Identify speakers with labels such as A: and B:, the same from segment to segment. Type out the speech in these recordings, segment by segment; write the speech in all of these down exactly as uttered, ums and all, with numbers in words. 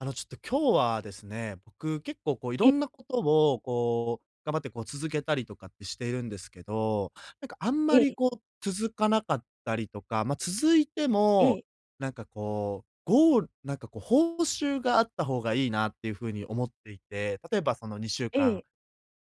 A: あの、ちょっと今日はですね、僕結構こうい
B: え、え、
A: ろんなことをこう、頑張ってこう続けたりとかってしているんですけど、なんかあんまり
B: え、
A: こう続かなかったりとか、ま、続いても、
B: え、
A: なんかこう、ゴールなんかこう報酬があった方がいいなっていう風に思っていて、例えばその2週
B: え、
A: 間
B: え、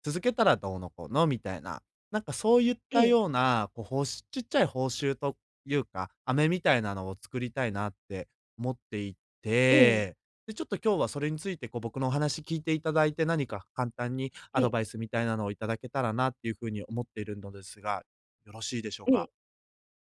A: 続けたらどうのこうのみたいな、なんかそういっ
B: え、
A: た
B: え、え、
A: よう
B: え、
A: な、こう、ほちっちゃい報酬というか、飴みたいなのを作りたいなって思っていて、で、ちょっと今日はそれについて、こう、僕のお話聞いていただいて、何か簡単にアド
B: え、え、
A: バイスみたいなのをいただけたらなっていう風に思っているのですが、よろしいでしょうか？
B: え、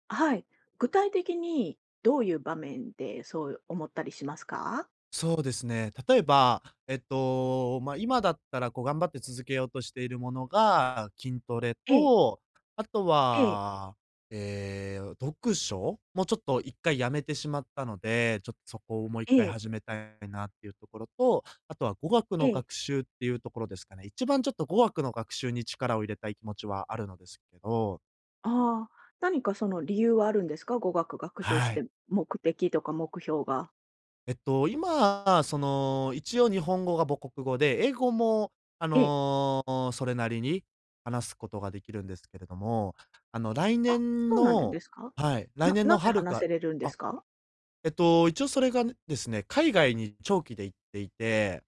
B: はい。具体的にどういう場面でそう思ったりしますか？
A: そうですね。例えば、えっと、まあ、今だったらこう頑張って続けようとしているものが、筋トレ
B: ええ、
A: と、あと
B: ええ、
A: は、えー読書もうちょっといっかいやめてしまったので、ちょっとそこをもう1
B: え
A: 回
B: え、
A: 始めたいなっていうところと、あとは語学
B: え
A: の学
B: え。
A: 習っていうところですかね。一番ちょっと語学の学習に力を入れたい気持ちはあるのですけど、
B: ああ、何かその理由はあるんですか？語学学習し
A: はい。
B: て目的とか目標が。
A: えっと、今、その、一応日本語が母国語で、英語も、あ
B: ええ。
A: の、それなりに話すことができるんですけれども、あの、来
B: あ、
A: 年
B: そうなん
A: の
B: ですか？
A: はい、来
B: な
A: 年の
B: なぜ
A: 春
B: 話
A: か。
B: せれるんで
A: あ、
B: すか？
A: えっと、一応それがですね、海外に長期で行っていて、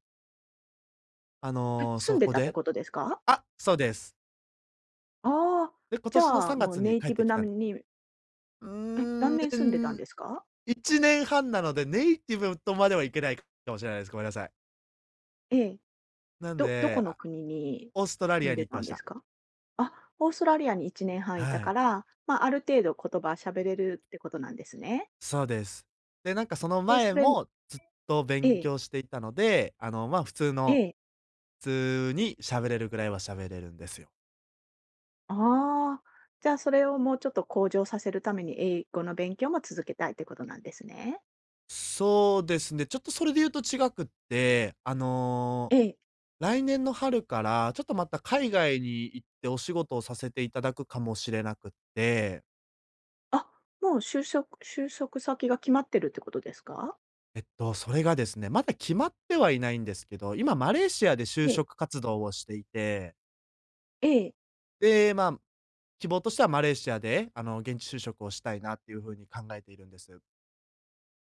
A: あ
B: え、
A: の、
B: 住
A: そ
B: んで
A: こ
B: たって
A: で
B: ことですか？
A: あ、そうです。
B: ああー、
A: で、今
B: じ
A: 年の
B: ゃあ、
A: 3
B: もう
A: 月
B: ネ
A: に
B: イ
A: 帰
B: テ
A: っ
B: ィ
A: て
B: ブ
A: きた
B: 並
A: ん。
B: みに、
A: う
B: え、何年住んでた
A: ー
B: ん
A: ん、
B: ですか？
A: いちねんはんなので、ネイティブとまではいけないかもしれないです。ごめんなさい。
B: ええ。
A: なん
B: どどこ
A: で、
B: の
A: あ、
B: 国に
A: オーストラリ
B: 住
A: ア
B: ん
A: に
B: で
A: 行って
B: た
A: ま
B: ん
A: し
B: です
A: た。
B: か？あ、オーストラリアにいちねんはんいた
A: は
B: か
A: い、
B: ら、まあ、ある程度言葉喋れるってことなんですね。
A: そうです。で、なんかその
B: で、そ
A: 前
B: れ、
A: もずっと
B: え
A: 勉
B: え、
A: 強していたので、あの、ま、あ普通
B: え
A: の
B: え。
A: 普通に喋れるぐらいは喋れるんですよ。
B: ああ、じゃあ、それをもうちょっと向上させるために英語の勉強も続けたいってことなんですね。
A: そうですね、ちょっとそれで言うと違くって、あの、
B: ええ。
A: 来年の春からちょっとまた海外に行ってお仕事をさせていただくかもしれなくって、
B: あ、もう就職就職先が決まってるってことですか？
A: えっと、それがですね、まだ決まってはいないんですけど、今マレーシアで就
B: ええ、
A: 職活動をしていて、
B: ええ。
A: で、まあ希望としてはマレーシアで、あの、現地就職をしたいなっていう風に考えているんです。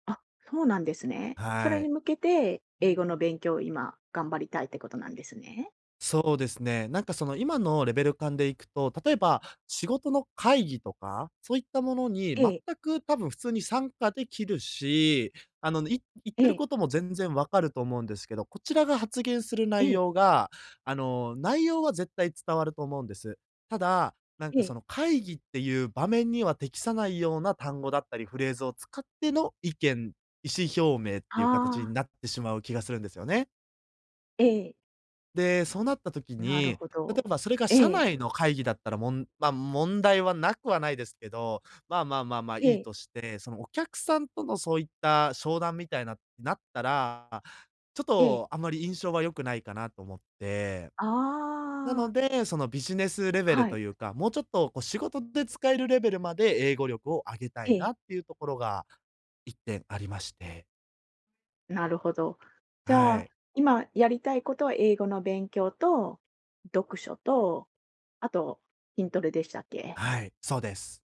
B: あ、そうなんですね。
A: は
B: それに
A: い、
B: 向けて英語の勉強を今頑張りたいってことなんですね。
A: そうですね。なんかその今のレベル感でいくと、例えば仕事の会議とか、そういったものに
B: え
A: 全
B: え、
A: く多分普通に参加できるし、あの、い言っ
B: え
A: てる
B: え、
A: ことも全然わかると思うんですけど、こちらが発言する
B: え
A: 内
B: え、
A: 容が、あの、内容は絶対伝わると思うんです。ただ、なん
B: え
A: かそ
B: え。
A: の会議っていう場面には適さないような単語だったりフレーズを使っての意見、意思表明っ
B: あ
A: ていう形に
B: あ、
A: なってしまう気がするんですよね。
B: ええ、
A: で、そうなった時
B: なる
A: に、
B: ほ
A: 例え
B: ど。
A: ばそれが
B: え
A: 社
B: え、
A: 内の会議だったら、もんまあ、問題はなくはないですけど、まあまあまあまあ、
B: え
A: いい
B: え、
A: として、そのお客さんとのそういった商談みたいななったら、ちょっ
B: ええ、
A: とあんまり印象は良くないかなと思って。
B: あ
A: なの
B: あ、
A: で、そのビジネスレベル
B: は
A: と
B: い、
A: いうか、もうちょっとこう仕事で使えるレベルまで英語力を上げた
B: え
A: いな
B: え、
A: っていうところがいってんありまして。
B: なるほど。じゃ
A: は
B: あ、
A: い。
B: 今やりたいことは英語の勉強と、読書と、あと筋トレでしたっけ？
A: はい、そうです。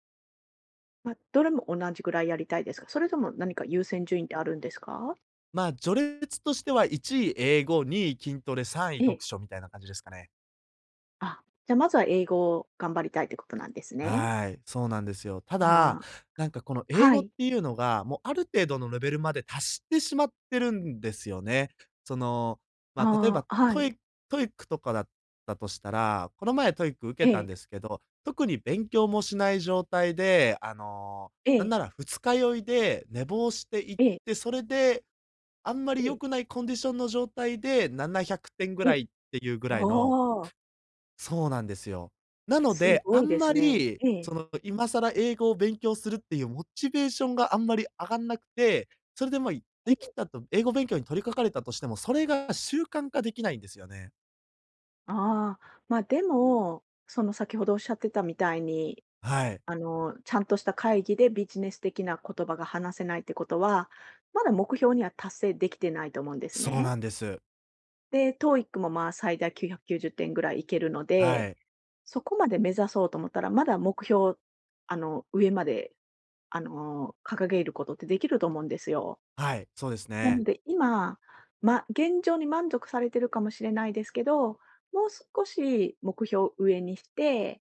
B: まあ、どれも同じぐらいやりたいですか？それとも何か優先順位ってあるんですか？
A: まあ、序列としてはいちい英語、にい筋トレ、さんい
B: え
A: 読
B: え、
A: 書みたいな感じですかね。
B: あ、じゃ、あまずは英語を頑張りたいってことなんですね。
A: はい、そうなんですよ。ただ、
B: まあ、
A: なんかこの英
B: は
A: 語っ
B: い、
A: ていうのが、もうある程度のレベルまで達してしまってるんですよね。その、まあ、例え
B: あ
A: ば
B: あ、は
A: トイ
B: い、
A: e i c クとかだったとしたら、この前トイック受
B: え
A: けたん
B: え、
A: ですけど、特に勉強もしない状態で、あの、
B: え
A: なん
B: え、
A: なら二日酔いで寝坊して行っ
B: ええ、
A: て、それであんまり
B: え
A: 良
B: え、
A: くないコンディションの状態でななひゃくてんぐ
B: え
A: ら
B: え、
A: いっていうぐらいの。
B: ああ。
A: そうなんですよ。なの
B: す
A: で、
B: ご
A: あ
B: い
A: ん
B: です
A: ま
B: ね。
A: り、
B: ええ、
A: その、今更英語を勉強するっていうモチベーションがあんまり上がんなくて、それで、ま、い
B: え
A: でき
B: え、
A: たと英語勉強に取り掛かれたとしても、それが習慣化できないんですよね。
B: ああ、まあ、でも、その先ほどおっしゃってたみたいに、
A: はい。
B: あの、ちゃんとした会議でビジネス的な言葉が話せないってことは、まだ目標には達成できてないと思うんです
A: そう
B: ね。
A: なんです。
B: で、トーイック も、まあ、最大きゅうひゃくきゅうじゅってんぐらいいけるの
A: は
B: で、
A: い。
B: そこまで目指そうと思ったら、まだ目標、あの、上まで、あの、掲げることってできると思うんですよ。
A: はい、そうです
B: なの
A: ね。
B: で今、ま、現状に満足されてるかもしれないですけど、もう少し目標を上にして、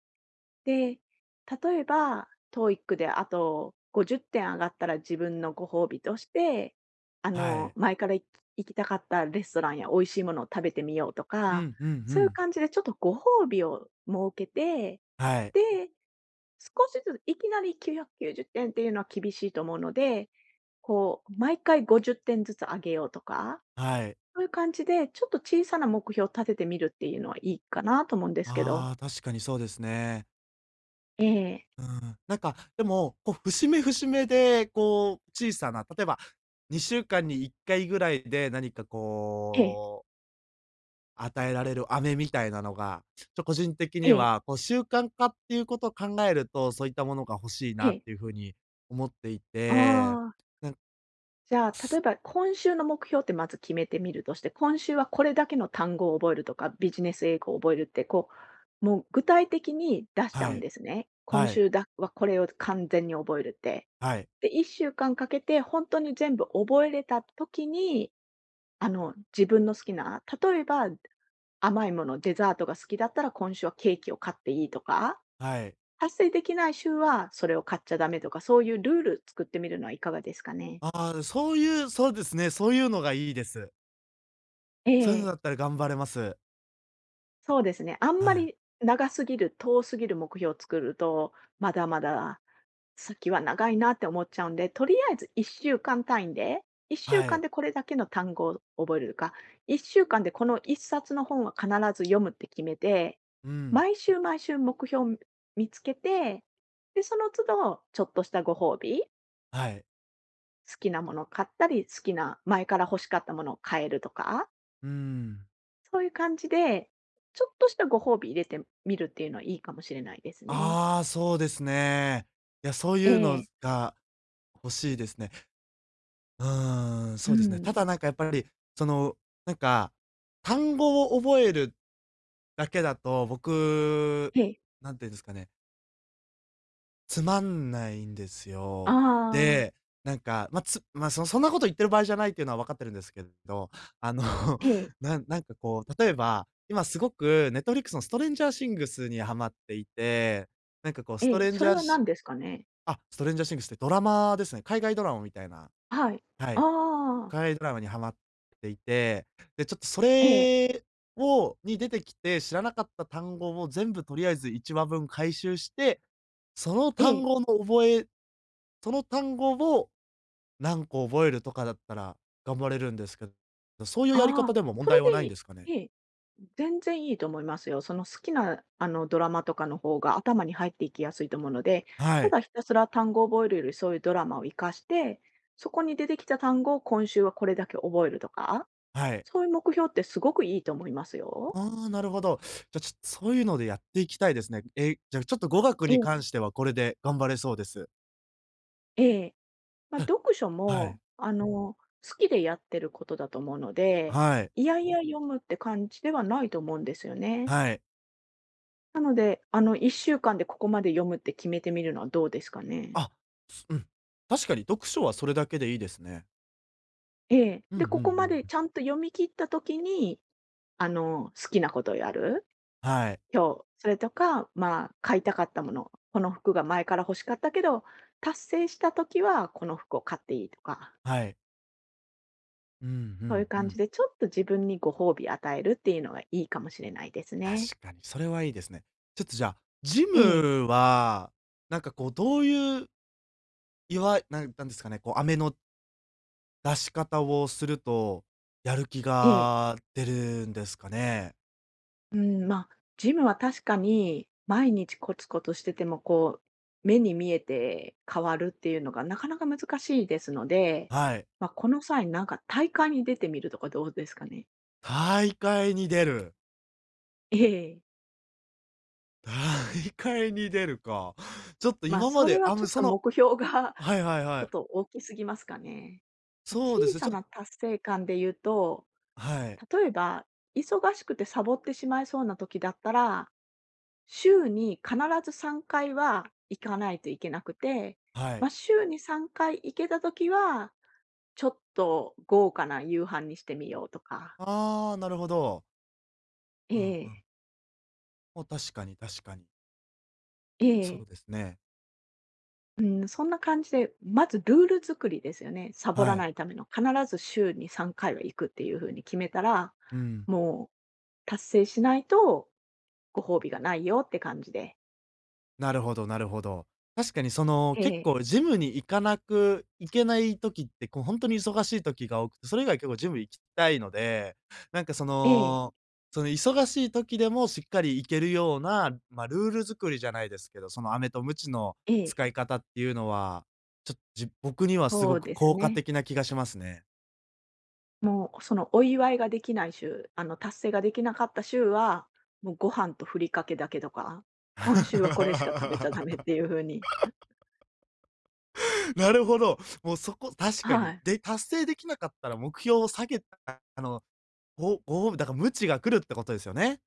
B: で、例えば トーイック であとごじゅってん上がったら自分のご褒美として、あ
A: は
B: の、
A: い。
B: 前から行き行きたかったレストランや美味しいものを食べてみようと
A: う
B: か、
A: んうんう
B: そういう
A: ん。
B: 感じでちょっとご褒美を設けて、
A: はい。
B: で、少しずついきなりきゅうひゃくきゅうじゅってんってんっていうのは厳しいと思うので、こう、毎回ごじゅってんずつ上げようとか、
A: はい。
B: そういう感じで、ちょっと小さな目標を立ててみるっていうのはいいかなと思うんですけど。
A: ああ、確かにそうですね。
B: ええ、
A: うん、なんか、でも、こう、節目節目で、こう、小さな、例えばにしゅうかんにいっかいぐらいで何か
B: ええ、
A: こう、与えられる飴みたいなのが、ちょ、個人的
B: え
A: に
B: え、
A: は、こう、習慣化っていうことを考えると、そういったものが欲しい
B: え
A: なっ
B: え。
A: ていう風に思ってい
B: あ
A: て、
B: あ、
A: なん
B: じゃあ、例えば今週の目標ってまず決めてみるとして、今週はこれだけの単語を覚えるとか、ビジネス英語を覚えるって、こう、もう具体的に出しちゃ
A: は
B: うん
A: い、
B: ですね。今
A: はい、
B: 週だはこれを完全に覚えるって。
A: はい、
B: で、いっしゅうかんかんかけて本当に全部覚えれた時に、あの、自分の好きな、例えば甘いもの、デザートが好きだったら今週はケーキを買っていいとか、
A: はい。
B: 達成できない週はそれを買っちゃダメとか、そういうルール作ってみるのはいかがですかね？
A: ああ、そういう、そうですね、そういうのがいいです。
B: え
A: そういうのだ
B: え、
A: ったら頑張れます。
B: そうですね。あん
A: は
B: ま
A: い、
B: り長すぎる、遠すぎる目標を作ると、まだまだ先は長いなって思っちゃうんで、とりあえずいっしゅうかん単位で、1週
A: は
B: 間
A: い、
B: でこれだけの単語を覚えるか、いっしゅうかんでこのいっさつの本は必ず読むって決めて、
A: うん、
B: 毎週毎週目標を見つけて、で、その都度ちょっとしたご褒美、
A: はい、
B: 好きなものを買ったり、好きな前から欲しかったものを買えるとか、
A: うーん。
B: そういう感じで、ちょっとしたご褒美入れてみるっていうのはいいかもしれないですね。
A: ああ、そうですね。いや、そう
B: え
A: いうの
B: え、
A: が欲しいですね。うーん、
B: う
A: そうですね。た
B: ん。
A: だなんかやっぱり、その、なんか、単語を覚えるだけだと、僕、
B: ええ。
A: なんていうんですかね、つまんないんですよ。
B: ああー、
A: で、なんか、ま、つま、そそんなこと言ってる場合じゃないっていうのは分かってるんですけど、あの、
B: ええ。
A: ななんかこう、例えば、今すごく Netflix のストレンジャーシングスにはまっていて、なんかこう
B: え
A: スト
B: え、
A: レン
B: そ
A: ジ
B: れ
A: ャ
B: は
A: ー。
B: 何ですかね？
A: あ、ストレンジャーシングスってドラマですね。海外ドラマみたいな、
B: はい。
A: はい。
B: ああ、
A: 海外ドラマにハマっていて、で、ちょっとそ
B: ええ、
A: れをに出てきて、知らなかった単語を全部とりあえずいちわぶん回収して、その
B: え
A: 単
B: え、
A: 語の覚えその単語を何個覚えるとかだったら頑張れるんですけど、そういうやり方
B: ああ、
A: でも問
B: それ
A: 題はない
B: で
A: ん
B: い
A: で
B: い
A: すかね？
B: ええ、全然いいと思いますよ。その好きな、あの、ドラマとかの方が頭に入っていきやすいと思うので、
A: は
B: た
A: い、
B: だひたすら単語を覚えるより、そういうドラマを活かして、そこに出てきた単語を今週はこれだけ覚えるとか、
A: はい。
B: そういう目標ってすごくいいと思いますよ。
A: ああ、なるほど。じゃ、ちょっとそういうのでやっていきたいですね。え、じゃあちょっと語学
B: え
A: に
B: え、
A: 関してはこれで頑張れそうです。
B: ええ。まあ、読書
A: は
B: も、
A: い。
B: あの、好きでやってることだと思うので、
A: はい、
B: いやいや読むって感じではないと思うんですよね。
A: はい。
B: なので、あの、いっしゅうかんでここまで読むって決めてみるのはどうですかね？
A: あ、すうん。確かに読書はそれだけでいいですね。
B: ええ。
A: うんう
B: で、
A: んう
B: ここまで
A: ん。
B: ちゃんと読み切った時に、あの、好きなことをやる
A: はい、
B: 今日、それとか、まあ、買いたかったもの、この服が前から欲しかったけど、達成した時はこの服を買っていいとか、
A: はい。うんう
B: そういう
A: んう
B: 感じ
A: ん。
B: でちょっと自分にご褒美与えるっていうのがいいかもしれないですね。
A: 確かに、それはいいですね。ちょっとじゃあ、ジ
B: ええ、
A: ムは、なんかこうどういう、いわなんなんですかね、こう飴の出し方をすると、やる気
B: ええ。
A: が出るんですかね？
B: うん、まあ、ジムは確かに、毎日コツコツしてても、こう、目に見えて変わるっていうのがなかなか難しいですので、
A: はい。
B: まあ、この際なんか大会に出てみるとかどうですかね？
A: 大会に出る。
B: ええ。
A: 大会に出るか。ちょっと
B: まあ、
A: 今ま
B: それ
A: で
B: は
A: あ
B: ち
A: む
B: ょっ
A: そ
B: と
A: の。
B: 目標が
A: はいはい は
B: ちょっ
A: い。
B: と大きすぎますかね。ま、
A: そうで
B: 小
A: すね、
B: さ
A: ちょ
B: な達成感で言うと、
A: はい、
B: 例えば忙しくてサボってしまいそうな時だったら週に必ずさんかいは行かないといけなくて、
A: は
B: ま
A: い。
B: あ、週にさんかい行けたときは、ちょっと豪華な夕飯にしてみようとか。
A: ああ、なるほど。
B: え
A: うんうん。
B: え、
A: もう確かに確かに。
B: え
A: そ
B: え、
A: うですね。
B: うん、そんな感じで、まずルール作りですよね。サボら
A: は
B: な
A: い。
B: いための。必ず週にさんかいは行くっていう風に決めたら、
A: うん。
B: もう達成しないとご褒美がないよって感じで。
A: なるほどなるほど。確かにその、結構ジムに行かなく行けない時って、こうほんとに忙しい時が多くて、それ以外結構ジム行きたいので、なんかそ
B: ええ、ええ、
A: の、その忙しい時でもしっかり行けるような、ま、ルール作りじゃないですけど、その飴と鞭の
B: ええ、
A: 使い方っていうのは、ちょっ、じ僕にはす
B: そ
A: ご
B: う
A: く
B: です
A: 効果
B: ね。
A: 的な気がしますね。
B: もう、そのお祝いができない週、あの、達成ができなかった週は、もうご飯とふりかけだけとか、今週はこれしか食べちゃダメってい う風に、
A: なるほど。もうそこ確か
B: は
A: に。
B: い。
A: で、達成できなかったら目標を下げた、あの、ごご褒美だから無知が来るってことですよね。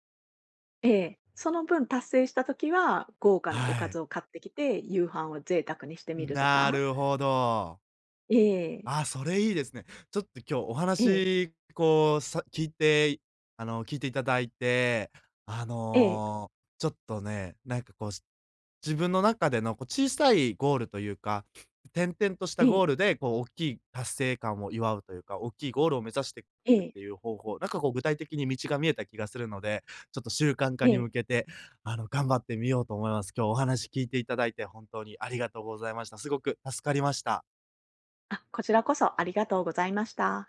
B: ええ。その分達成した時は、豪華なお
A: は
B: かず
A: い。
B: を買ってきて、夕飯を贅沢にしてみると
A: な
B: か。
A: るほど。
B: ええ、
A: あ、それいいですね。ちょっと今日お
B: ええ、
A: 話、こう、さ聞いてあの、聞いていただいて、あ
B: ええ、
A: の、ちょっとね、なんかこうし自分の中でのこう小さいゴールというか、点々とし
B: え
A: たゴー
B: え、
A: ルで、こう大きい達成感を祝うというか、大きいゴールを目指していく
B: え
A: っ
B: え、
A: ていう方法、なんかこう具体的に道が見えた気がするので、ちょっと習慣化
B: え
A: に
B: え。
A: 向けて、あの、頑張ってみようと思います。今日お話聞いていただいて本当にありがとうございました。すごく助かりました。
B: あ、こちらこそありがとうございました。